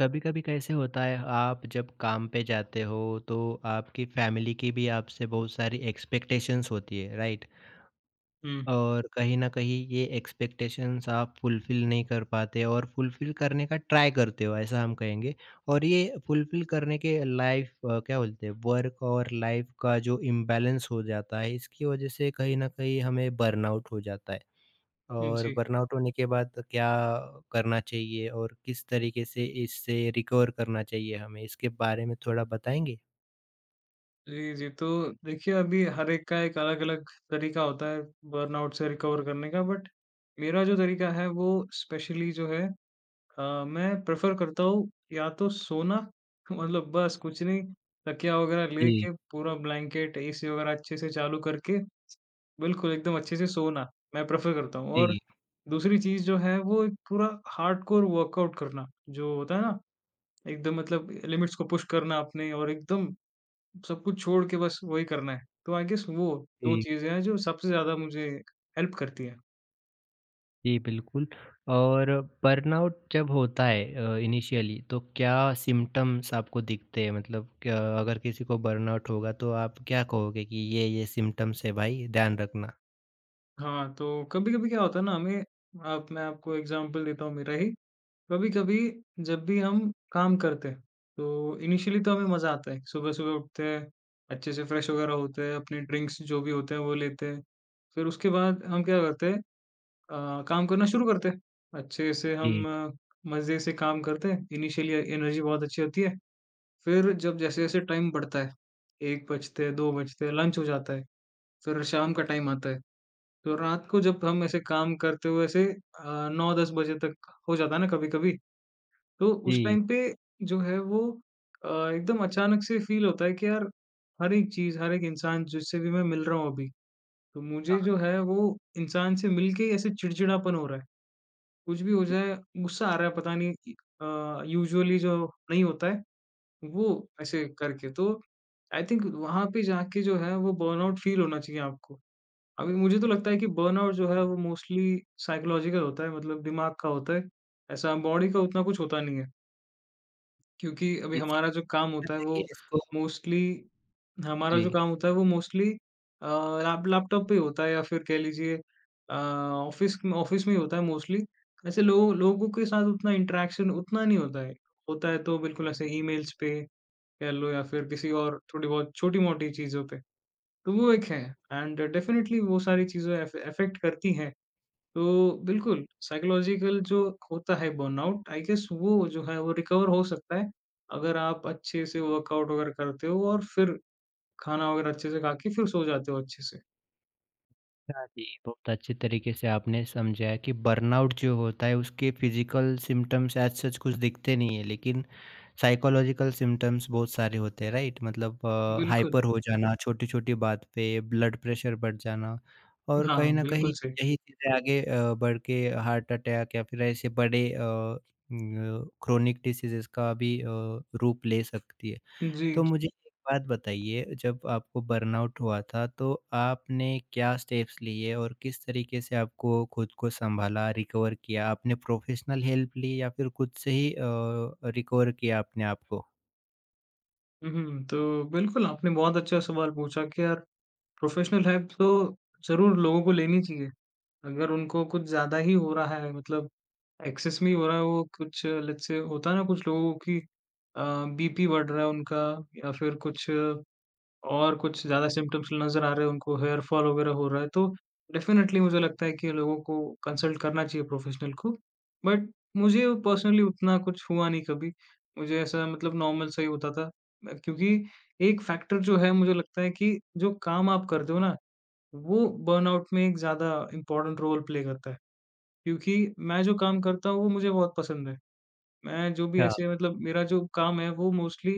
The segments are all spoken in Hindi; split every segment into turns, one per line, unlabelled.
कभी-कभी कैसे होता है आप जब काम पे जाते हो तो आपकी फैमिली की भी आपसे बहुत सारी एक्सपेक्टेशंस होती है राइट।
हुँ,
और कहीं ना कहीं ये एक्सपेक्टेशंस आप फुलफिल नहीं कर पाते और फुलफिल करने का ट्राई करते हो ऐसा हम कहेंगे। और ये फुलफिल करने के लाइफ क्या बोलते हैं वर्क और लाइफ का जो इम्बैलेंस हो जाता है इसकी वजह से कहीं ना कहीं हमें बर्नआउट हो जाता है। और
जी।
बर्नआउट होने के बाद क्या करना चाहिए और किस तरीके से इससे रिकवर करना चाहिए हमें? इसके बारे में थोड़ा बताएँगे?
जी, जी, तो देखिए अभी हर एक का एक अलग-अलग तरीका होता है बर्नआउट से रिकवर करने का बट मेरा जो तरीका है वो स्पेशली जो है मैं प्रेफ़र करता हूँ या तो सोना। मतलब बस कुछ नहीं, तकिया वग़ैरह
जी,
लेके पूरा ब्लैंकेट एसी वग़ैरह अच्छे से चालू करके बिल्कुल एकदम अच्छे से सोना, मैं प्रेफ़र करता हूँ। और
जी,
दूसरी चीज़ जो है वो एक पूरा हार्डकोर वर्कआउट करना, जो होता है ना एकदम, मतलब लिमिट्स को पुश करना अपने और एकदम सब कुछ छोड़ के बस वही करना है। तो आई गेस वो 2
जी,
चीज़ें हैं जो सबसे ज़्यादा मुझे हेल्प करती हैं।
जी, बिल्कुल। और बर्नआउट जब होता है इनिशियली तो क्या सिम्पटम्स आपको दिखते हैं? मतलब क्या अगर किसी को बर्नआउट होगा तो आप क्या कहोगे कि ये सिम्पटम्स है भाई ध्यान रखना?
हाँ, तो कभी-कभी क्या होता है ना हमें, आप मैं आपको एग्ज़ाम्पल देता हूँ मेरा ही। कभी-कभी जब भी हम काम करते हैं, तो इनिशियली तो हमें मज़ा आता है। सुबह-सुबह उठते हैं, अच्छे से फ्रेश वगैरह होते हैं, अपने ड्रिंक्स जो भी होते हैं वो लेते हैं। फिर उसके बाद हम क्या करते हैं, काम करना शुरू करते हैं। अच्छे से हम
जी,
मज़े से काम करते हैं। इनिशियली एनर्जी बहुत अच्छी होती है। फिर जब जैसे-जैसे टाइम बढ़ता है, 1 बजते हैं, 2 बजते हैं, लंच हो जाता है, फिर शाम का टाइम आता है। तो रात को जब हम ऐसे काम करते हुए ऐसे 9-10 बजे तक हो जाता है ना कभी-कभी, तो उस
जी,
टाइम पे जो है वो एकदम अचानक से फ़ील होता है कि यार, हर एक चीज़, हर एक इंसान जिससे भी मैं मिल रहा हूँ अभी, तो मुझे जो है वो इंसान से मिल के ही ऐसे चिड़चिड़ापन हो रहा है। कुछ भी हो जाए, गुस्सा आ रहा है, पता नहीं यूजुअली जो नहीं होता है। वो ऐसे करके तो आई थिंक वहाँ पे जाके जो है वो बर्नआउट फ़ील होना चाहिए आपको। अभी मुझे तो लगता है कि बर्नआउट जो है वो मोस्टली साइकोलॉजिकल होता है, मतलब दिमाग का होता है। ऐसा बॉडी का उतना कुछ होता नहीं है। क्योंकि अभी
इसी
हमारा जो काम
कहीं न
होता है वो
कहीं इसको
मोस्टली हमारा
जी।
जो काम होता है वो मोस्टली अ, लैपटॉप पे ही होता है या फिर कह लीजिए ऑफ़िस में ही होता है मोस्टली। ऐसे लोगों के साथ उतना इंटरेक्शन उतना नहीं होता है। होता है तो बिल्कुल ऐसे ईमेल्स पे कह लो, या फिर किसी और थोड़ी बहुत छोटी-मोटी चीज़ों पे। तो वो एक है, एंड डेफ़िनेटली वो सारी चीज़ें अफ अफ़ेक्ट करती हैं। तो बिल्कुल साइकोलॉजिकल जो होता है बर्नआउट, आई गेस वो जो है वो रिकवर हो सकता है, अगर आप अच्छे से वर्कआउट वगैरह करते हो और फिर खाना वगैरह अच्छे से खा के फिर सो जाते हो अच्छे से।
हाँ जी, बहुत अच्छे तरीके से आपने समझाया कि बर्नआउट जो होता है उसके फिजिकल सिम्पटम्स एज़ सच कुछ दिखते नहीं है लेकिन साइकोलॉजिकल सिम्पटम्स बहुत सारे होते हैं राइट? मतलब
बिल्कुल।
हाइपर हो जाना, छोटी-छोटी बात पे ब्लड प्रेशर बढ़ जाना और
हाँ,
कहीं न कहीं
बिल्कुल सही।
यही चीज़ें आगे बढ़ के हार्ट अटैक या फिर ऐसे बड़े न क्रोनिक डिसीज़ेज़ का भी रूप ले सकती है।
जी,
तो
जी।
मुझे एक बात बताइए जब आपको बर्नआउट हुआ था तो आपने क्या स्टेप्स लिए और किस तरीके से आपको खुद को संभाला, रिकवर किया? आपने प्रोफ़ेशनल हेल्प ली या फिर खुद से ही रिकवर किया आपने आपको?
हुँ, हुँ। तो बिल्कुल आपने बहुत अच्छा सवाल पूछा कि यार प्रोफ़ेशनल हेल्प तो ज़रूर लोगों को लेनी चाहिए। अगर उनको कुछ ज़्यादा ही हो रहा है, मतलब एक्सेस में ही हो रहा है, वो कुछ लेट्स से होता है ना, कुछ लोगों की बीपी बढ़ रहा है उनका, या फिर कुछ और कुछ ज़्यादा सिम्पटम्स नज़र आ रहे हैं उनको, हेयर फॉल वगैरह हो रहा है, तो डेफ़िनेटली मुझे लगता है कि लोगों को कंसल्ट करना चाहिए प्रोफ़ेशनल को। बट मुझे पर्सनली उतना कुछ हुआ नहीं कभी, मुझे ऐसा, मतलब नॉर्मल सा ही होता था। क्योंकि एक फैक्टर जो है मुझे लगता है कि जो काम आप करते हो ना, वो बर्नआउट में एक ज़्यादा इम्पोर्टेंट रोल प्ले करता है। क्योंकि मैं जो काम करता हूँ वो मुझे बहुत पसंद है। मैं जो भी
अच्छा,
ऐसे, मतलब मेरा जो काम है वो मोस्टली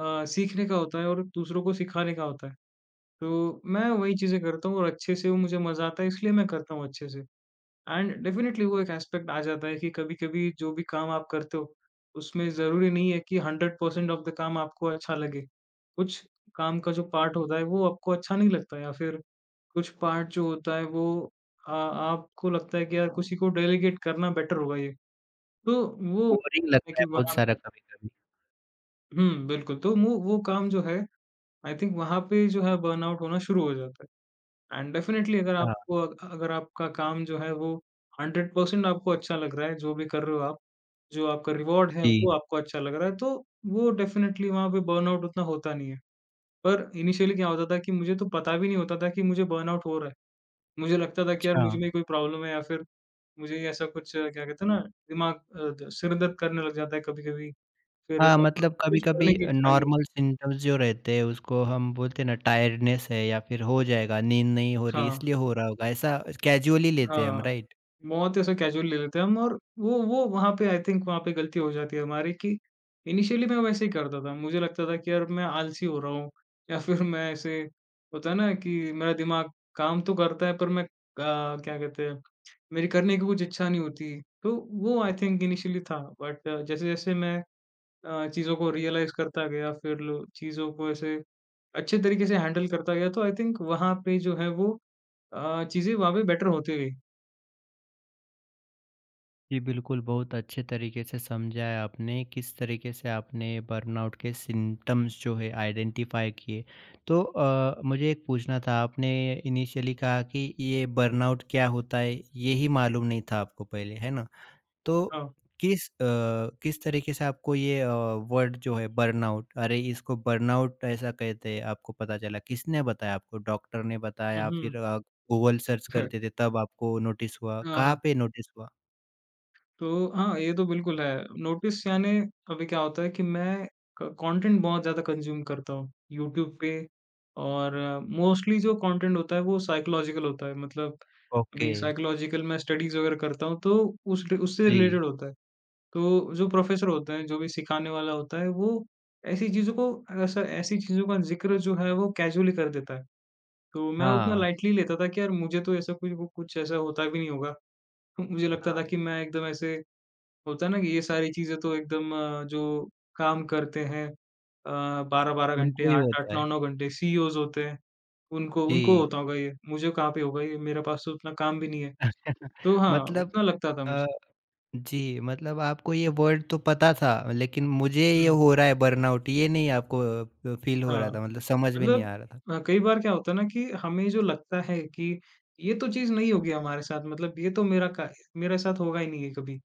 सीखने का होता है और दूसरों को सिखाने का होता है। तो मैं वही चीज़ें करता हूँ और अच्छे से वो मुझे मज़ा आता है, इसलिए मैं करता हूँ अच्छे से। एंड डेफ़िनेटली वो एक एस्पेक्ट आ जाता है कि कभी-कभी जो भी काम आप करते हो, उसमें ज़रूरी नहीं है कि 100% ऑफ द काम आपको अच्छा लगे। कुछ काम का जो पार्ट होता है वो आपको अच्छा नहीं लगता, या फिर कुछ पार्ट जो होता है वो आ आपको लगता है कि यार किसी को डेलीगेट करना बेटर होगा ये। तो वो
बोरिंग
है
लगता
कि
है बहुत
वहाँ
सारा
पे
कभी-कभी।
हुँ, बिल्कुल। तो वो काम जो है, आई थिंक वहाँ पे जो है बर्नआउट होना शुरू हो जाता है, एंड डेफिनिटली अगर
हाँ,
अगर आपका काम जो है वो 100% आपको अच्छा लग रहा है, जो भी कर रहे हो आप, जो आपका रिवार्ड है
जी।
वो आपको अच्छा लग रहा है, तो वो डेफिनिटली वहाँ पे बर्नआउट उतना होता नहीं है। पर इनिशियली क्या होता था कि मुझे तो पता भी नहीं होता था कि मुझे बर्नआउट हो रहा है। मुझे लगता था कि यार
अच्छा।
मुझ में कोई प्रॉब्लम है, या फिर मुझे ऐसा कुछ, क्या कहते हैं ना, दिमाग अ, द सिर दर्द करने लग जाता है कभी-कभी, फिर
हाँ, मतलब
कुछ करने
कभी-कभी
की इच्छा नहीं
नॉर्मल
होती।
सिम्पटम्स जो रहते हैं उसको हम बोलते हैं ना टायर्डनेस है या फिर हो जाएगा, नींद नहीं हो रही
हाँ,
इसलिए हो रहा होगा, ऐसा कैज़ुअली लेते हैं हम,
हाँ,
राइट?
बहुत ऐसा कैजुअल ले लेते हैं हम, और वो वहाँ पे आई थिंक वहाँ पे गलती हो जाती है हमारी कि इनिशियली मैं वैसे ही करता था। मुझे लगता था कि यार मैं आलसी हो रहा हूँ। या फिर मैं ऐसे, होता है ना कि मेरा दिमाग काम तो करता है, पर मैं क्या कहते हैं, मेरी करने की कुछ इच्छा नहीं होती। तो वो आई थिंक इनिशियली था, बट जैसे-जैसे मैं चीज़ों को रियलाइज़ करता गया, फिर लो चीज़ों को ऐसे अच्छे तरीके से हैंडल करता गया, तो आई थिंक वहाँ पे जो है वो चीज़ें वहाँ पे बेटर होती गई।
जी, बिल्कुल, बहुत अच्छे तरीके से समझा है आपने, किस तरीके से आपने बर्नआउट के सिम्पटम्स जो है आइडेंटिफ़ाई किए। तो मुझे एक पूछना था, आपने इनिशियली कहा कि ये बर्नआउट क्या होता है, ये ही मालूम नहीं था आपको पहले, है ना? तो
हाँ।
किस अ, किस तरीके से आपको ये वर्ड जो है बर्नआउट, अरे इसको बर्नआउट ऐसा कहते हैं, आपको पता चला? किसने बताया आपको, डॉक्टर ने
हुँ,
बताया,
हुँ।
गूगल सर्च करते थे तब आपको नोटिस हुआ?
हाँ,
कहाँ
हाँ।
पे नोटिस हुआ?
तो हाँ, ये तो बिल्कुल है। नोटिस यानी अभी क्या होता है कि मैं क कंटेंट बहुत ज़्यादा कंज़्यूम करता हूँ यूट्यूब पे, और मोस्टली जो कंटेंट होता है वो साइकोलॉजिकल होता है। मतलब
ओके।
अभी साइकोलॉजिकल मैं स्टडीज़ वगैरह करता हूँ, तो उस ड उससे
जी,
रिलेटेड होता है। तो जो प्रोफ़ेसर होता है, जो भी सिखाने वाला होता है, वो ऐसी चीज़ों को ऐसी चीज़ों का ज़िक्र जो है वो कैज़ुअली कर देता है। तो मैं उतना
हाँ।
लाइटली लेता था कि यार मुझे तो ऐसा कुछ, वो कुछ ऐसा होता भी नहीं होगा। तो मुझे लगता था
हाँ।
कि मैं एकदम ऐसे, होता है ना कि ये सारी चीज़ें तो एकदम जो काम करते हैं 12-12 घंटे,
उनको ही
8-8,
होता है।
9-9 घंटे सीईओज़ होते हैं, उनको उनको
जी।
होता होगा ये, मुझे कहाँ पे होगा ये, मेरे पास तो उतना काम भी नहीं है। तो हाँ,
मतलब
उतना लगता था
अ,
मुझे।
जी, मतलब आपको ये वर्ड तो पता था लेकिन मुझे ये
हुँ।
हो रहा है बर्नआउट ये नहीं आपको फ़ील हो रहा
हाँ।
था मतलब समझ में नहीं
मतलब
आ रहा था।
कई बार क्या होता है ना कि हमें जो लगता है कि ये तो चीज़ नहीं होगी हमारे साथ, मतलब ये तो मेरा का मेरे साथ होगा ही नहीं है कभी।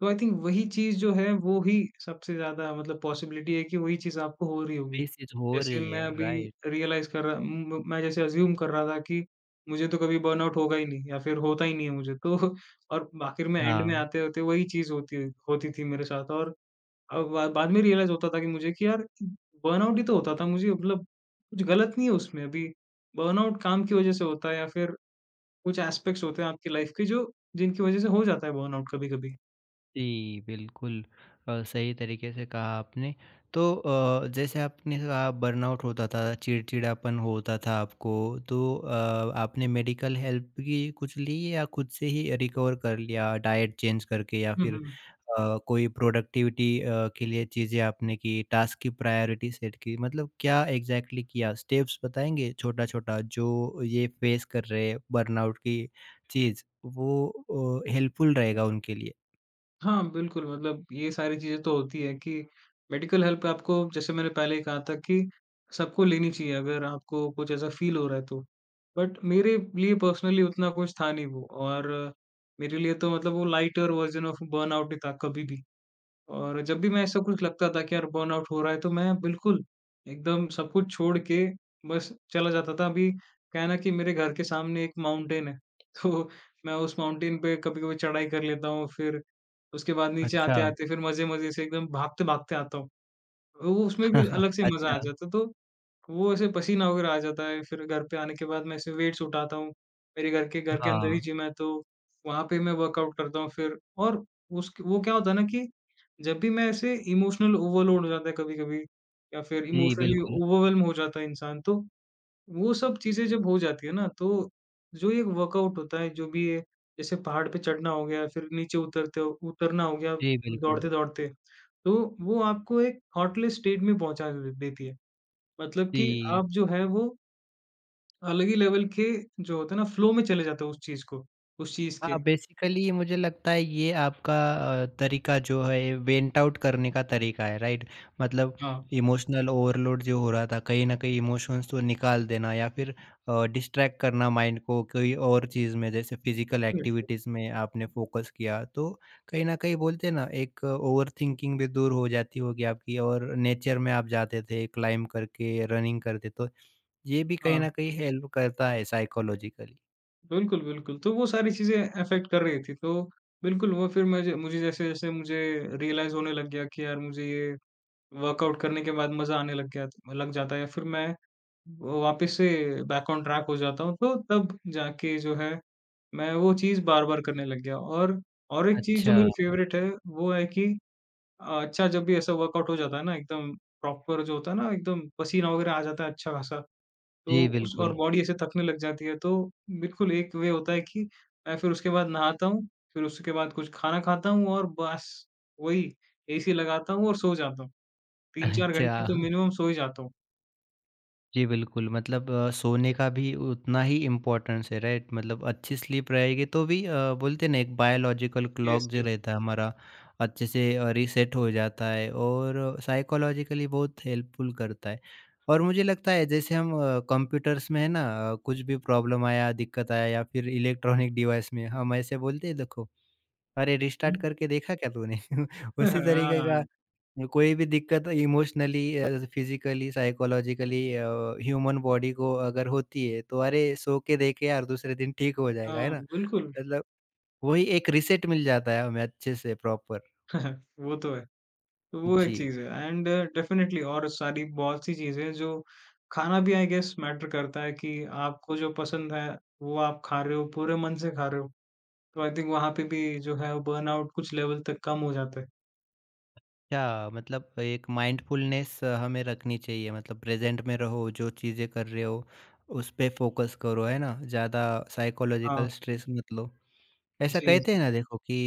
तो आई थिंक वही चीज़ जो है वो ही सबसे ज़्यादा, मतलब पॉसिबिलिटी है कि वही चीज़ आपको हो रही होगी।
ये चीज़ हो
जैसे
रही
मैं
है,
अभी
राइट।
रियलाइज़ कर रहा म मैं जैसे अज़्यूम कर रहा था कि मुझे तो कभी बर्नआउट होगा ही नहीं, या फिर होता ही नहीं है मुझे तो। और आखिर में एंड में
हाँ।
आते-आते वही चीज़ होती थी मेरे साथ, और बा बाद में रियलाइज़ होता था कि मुझे कि यार बर्नआउट ही तो होता था मुझे, मतलब कुछ गलत नहीं है उसमें अभी। बर्नआउट काम की वज़ह से होता है, या फिर कुछ एस्पेक्ट्स होते हैं आपकी लाइफ़ के, जो जिनकी वज़ह से हो जाता है बर्नआउट कभी-कभी।
जी, बिल्कुल सही तरीके से कहा आपने। तो जैसे आपने कहा बर्नआउट होता था, चिड़चिड़ापन होता था आपको, तो आपने मेडिकल हेल्प भी कुछ ली या खुद से ही रिकवर कर लिया डाइट चेंज करके या
हुँ,
फिर
हुँ।
कोई प्रोडक्टिविटी के लिए चीज़ें आपने की, टास्क की प्रायोरिटी सेट की? मतलब क्या एग्ज़ैक्टली किया? स्टेप्स बताएँगे छोटा-छोटा जो ये फेस कर रहे हैं बर्नआउट की चीज़, वो हेल्पफुल रहेगा उनके लिए?
हाँ, बिल्कुल, मतलब ये सारी चीज़ें तो होती है कि मेडिकल हेल्प आपको, जैसे मैंने पहले ही कहा था कि सबको लेनी चाहिए, अगर आपको कुछ ऐसा फ़ील हो रहा है तो। बट मेरे लिए पर्सनली उतना कुछ था नहीं वो, और मेरे लिए तो मतलब वो लाइटर वर्ज़न ऑफ बर्नआउट ही था कभी भी। और जब भी मैं, ऐसा कुछ लगता था कि यार बर्नआउट हो रहा है, तो मैं बिल्कुल एकदम सब कुछ छोड़ के बस चला जाता था। अभी क्या है ना कि मेरे घर के सामने एक माउंटेन है। तो मैं उस माउंटेन पे कभी-कभी चढ़ाई कर लेता हूँ, फिर उसके बाद नीचे
अच्छा।
आते-आते फिर मज़े-मज़े से एकदम भागते-भागते आता हूँ। तो वो, उसमें भी अलग से मज़ा
अच्छा,
आ जाता है। तो वो ऐसे पसीना वगैरह आ जाता है, फिर घर पे आने के बाद मैं ऐसे वेट्स उठाता हूँ। मेरे घर के अंदर ही
हाँ।
जिम है, तो वहाँ पे मैं वर्कआउट करता हूँ फिर। और उस वो क्या होता है ना कि जब भी मैं ऐसे इमोशनल ओवरलोड हो जाता है कभी-कभी, या फिर
जी,
इमोशनली
बिल्कुल।
ओवरवेल्म हो जाता है इंसान, तो वो सब चीज़ें जब हो जाती है ना, तो जो ये वर्कआउट होता है, जो भी ये, जैसे पहाड़ पे चढ़ना हो गया, फिर नीचे उतरते हो, उतरना हो गया
जी, बिल्कुल।
दौड़ते-दौड़ते, तो वो आपको एक हॉटलेस स्टेट में पहुँचा दे देती है। मतलब कि
जी।
आप जो है वो अलग ही लेवल के जो होते हैं ना, फ्लो में चले जाते हो उस चीज़ के।
हाँ, बेसिकली मुझे लगता है ये आपका तरीका जो है वेंट आउट करने का तरीका है, राइट? मतलब
हाँ,
इमोशनल ओवरलोड जो हो रहा था, कहीं न कहीं इमोशंस तो निकाल देना या फिर डिस्ट्रैक्ट करना माइंड को कोई और चीज़ में, जैसे फिज़िकल
डेफिनेटली।
एक्टिविटीज़ में आपने फ़ोकस किया, तो कहीं न कहीं बोलते हैं ना, एक ओवरथिंकिंग भी दूर हो जाती होगी आपकी और नेचर में आप जाते थे, क्लाइम्ब करके, रनिंग करते तो ये भी कहीं
हाँ।
न कहीं हेल्प करता है साइकोलॉजिकली।
बिल्कुल, बिल्कुल। तो वो सारी चीज़ें अफ़ेक्ट कर रही थी। तो बिल्कुल वो फिर मुझे मुझे जैसे-जैसे मुझे रियलाइज़ होने लग गया कि यार मुझे ये वर्कआउट करने के बाद मज़ा आने लग गया, लग जाता है, या फिर मैं वापस से बैक ऑन ट्रैक हो जाता हूँ। तो तब जाके जो है, मैं वो चीज़ बार-बार करने लग गया। और एक चीज़ जो
अच्छा,
मेरी फ़ेवरेट है, वो है कि अच्छा, जब भी ऐसा वर्कआउट हो जाता है ना एकदम प्रॉपर, जो होता है ना एकदम पसीना वग़ैरह आ जाता है अच्छा खासा। तो
जी
उस, और
बिल्कुल।
बॉडी ऐसे थकने लग जाती है, तो बिल्कुल एक वे होता है कि मैं फिर उसके बाद नहाता हूँ, फिर उसके बाद कुछ खाना खाता हूँ, और बस वही, एसी लगाता हूँ और सो जाता हूँ। 3-4 घंटे
अच्छा,
तो मिनिमम सो ही जाता हूँ।
जी बिल्कुल मतलब सोने का भी उतना ही इम्पोर्टेंस है राइट? मतलब अच्छी स्लीप रहेगी तो भी बोलते हैं ना एक बायोलॉजिकल
यस,
क्लॉक जो
यस।
रहता है हमारा अच्छे से रीसेट हो जाता है और साइकोलॉजिकली बहुत हेल्पफुल करता है। और मुझे लगता है जैसे हम कंप्यूटर्स में है ना कुछ भी प्रॉब्लम आया, दिक्कत आया या फिर इलेक्ट्रॉनिक डिवाइस में हम ऐसे बोलते हैं देखो अरे!
हुँ।
रिस्टार्ट करके देखा क्या तूने? उसी तरीके
हाँ,
का कोई भी दिक्कत emotionally, physically, psychologically, human body को अगर होती है, तो अरे! सो के देखे यार दूसरे दिन ठीक हो जाएगा, है
हाँ,
ना?
बिल्कुल।
मतलब वही एक रीसेट मिल जाता है हमें अच्छे से प्रॉपर।
वो तो है। तो वो एक
जी।
चीज़ है, एंड डेफ़िनेटली और सारी बहुत सी चीज़ें हैं जो, खाना भी आई गेस मैटर करता है कि आपको जो पसंद है, वो आप खा रहे हो, पूरे मन से खा रहे हो। तो आई थिंक वहाँ पे भी जो है वो बर्नआउट कुछ लेवल तक कम हो जाता है।
क्या मतलब एक माइंडफुलनेस हमें रखनी चाहिए मतलब प्रेज़ेंट में रहो, जो चीज़ें कर रहे हो, उस पे फ़ोकस करो, है ना? ज़्यादा
हाँ,
साइकोलॉजिकल स्ट्रेस मत लो। ऐसा
जी,
कहते
जी।
हैं ना देखो कि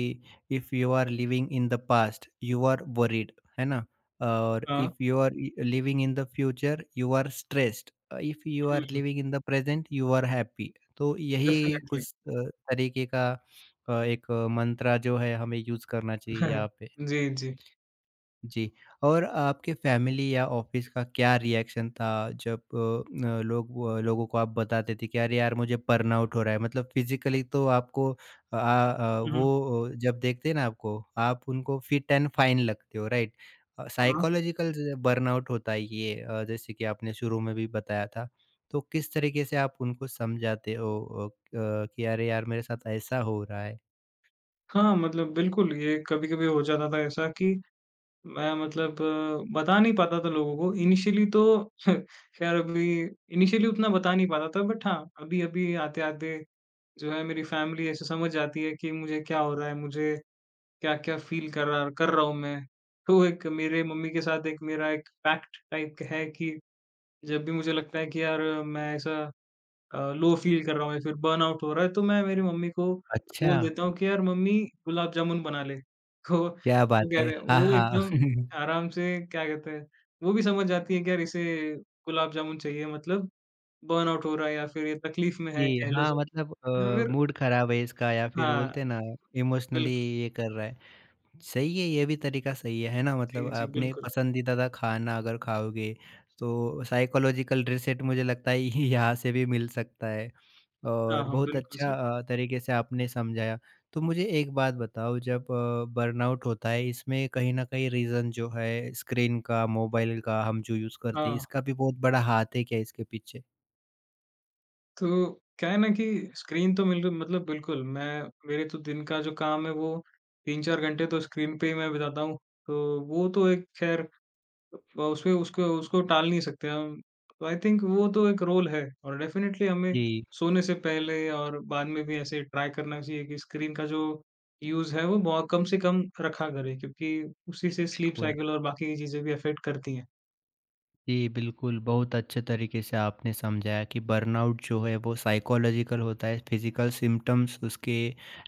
if you are living in the past you are worried, है ना, और
हाँ,
if you are living in the future you are stressed, if you are
hmm,
living in the present you are happy, तो यही
डेफ़िनेटली।
कुछ तरीके का एक मंत्रा जो है हमें यूज करना चाहिए यहाँ पे।
जी, जी।
जी, और आपके फैमिली या ऑफिस का क्या रिएक्शन था जब अ, न लोगों को आप बताते थे कि अरे यार मुझे बर्नआउट हो रहा है मतलब फिज़िकली तो आपको
हुँ, हुँ।
जब देखते हैं ना आपको, आप उनको फिट एंड फाइन लगते हो राइट?
हाँ,
साइकोलॉजिकल ज बर्नआउट होता है ये जैसे कि आपने शुरू में भी बताया था, तो किस तरीके से आप उनको समझाते हो क कि अरे यार मेरे साथ ऐसा हो रहा है?
हाँ, मतलब बिल्कुल ये कभी-कभी हो जाता था ऐसा कि मैं, मतलब बता नहीं पाता था लोगों को। इनिशियली तो खैर अभी इनिशियली उतना बता नहीं पाता था, बट हाँ, अभी-अभी आते-आते जो है, मेरी फैमिली ऐसे समझ जाती है कि मुझे क्या हो रहा है, मुझे क्या-क्या फ़ील कर रहा हूँ मैं। तो एक मेरे मम्मी के साथ एक मेरा एक पैक्ट टाइप का है कि जब भी मुझे लगता है कि यार मैं ऐसा लो फ़ील कर रहा हूँ, या फिर बर्नआउट हो रहा है, तो मैं मेरी मम्मी को
अच्छा,
बोल देता हूँ कि यार मम्मी गुलाब जामुन बना ले। तो
क्या बात
वो कह
है!
रहे
हाँ,
वो
हाँ।
एकदम आराम से, क्या कहते हैं, वो भी समझ जाती है कि यार इसे गुलाब जामुन चाहिए, मतलब बर्नआउट हो रहा है या फिर ये तकलीफ़ में है,
जी,
कह लो
हाँ,
से,
मतलब
या फिर
मूड खराब है इसका या फिर
हाँ,
बोलते हैं ना इमोशनली
बिल्कुल।
ये कर रहा है। सही है, ये भी तरीका सही है ना? मतलब
जी, जी,
आपने
बिल्कुल।
पसंदीदा का खाना अगर खाओगे तो साइकोलॉजिकल रिसेट मुझे लगता है यहाँ से भी मिल सकता है
हाँ,
और
हाँ,
बहुत
बिल्कुल
अच्छा
सही।
तरीके से आपने समझाया। तो मुझे एक बात बताओ जब बर्नआउट होता है इसमें कहीं न कहीं रीज़न जो है स्क्रीन का, मोबाइल का हम जो यूज़ करते हैं
हाँ।
इसका भी बहुत बड़ा हाथ है क्या इसके पीछे?
तो क्या है ना कि स्क्रीन तो मिल मतलब बिल्कुल मैं मेरे तो दिन का जो काम है वो 3-4 घंटे तो स्क्रीन पे ही मैं बिताता हूँ। तो वो तो एक, ख़ैर अ, उसमें उसको उसको टाल नहीं सकते हम। तो आई थिंक वो तो एक रोल है, और डेफ़िनेटली हमें
जी,
सोने से पहले और बाद में भी ऐसे ट्राई करना चाहिए कि स्क्रीन का जो यूज़ है वो बहुत कम से कम रखा करें, क्योंकि उसी
जी,
से स्लीप
बिल्कुल।
साइकिल और बाकी की चीज़ें भी अफ़ेक्ट करती हैं।
जी, बिल्कुल, बहुत अच्छे तरीके से आपने समझाया कि बर्नआउट जो है वो साइकोलॉजिकल होता है, फिज़िकल सिम्पटम्स उसके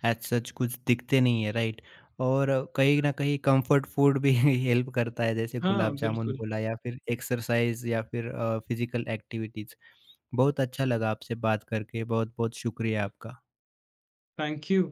एज़ सच कुछ दिखते नहीं है, राइट? और कहीं न कहीं कम्फर्ट फूड भी हेल्प करता है, जैसे
हाँ,
गुलाब जामुन
बिल्कुल।
बोला या फिर एक्सरसाइज़ या फिर फिज़िकल एक्टिविटीज़। बहुत अच्छा लगा आपसे बात करके, बहुत-बहुत शुक्रिया आपका।
Thank you.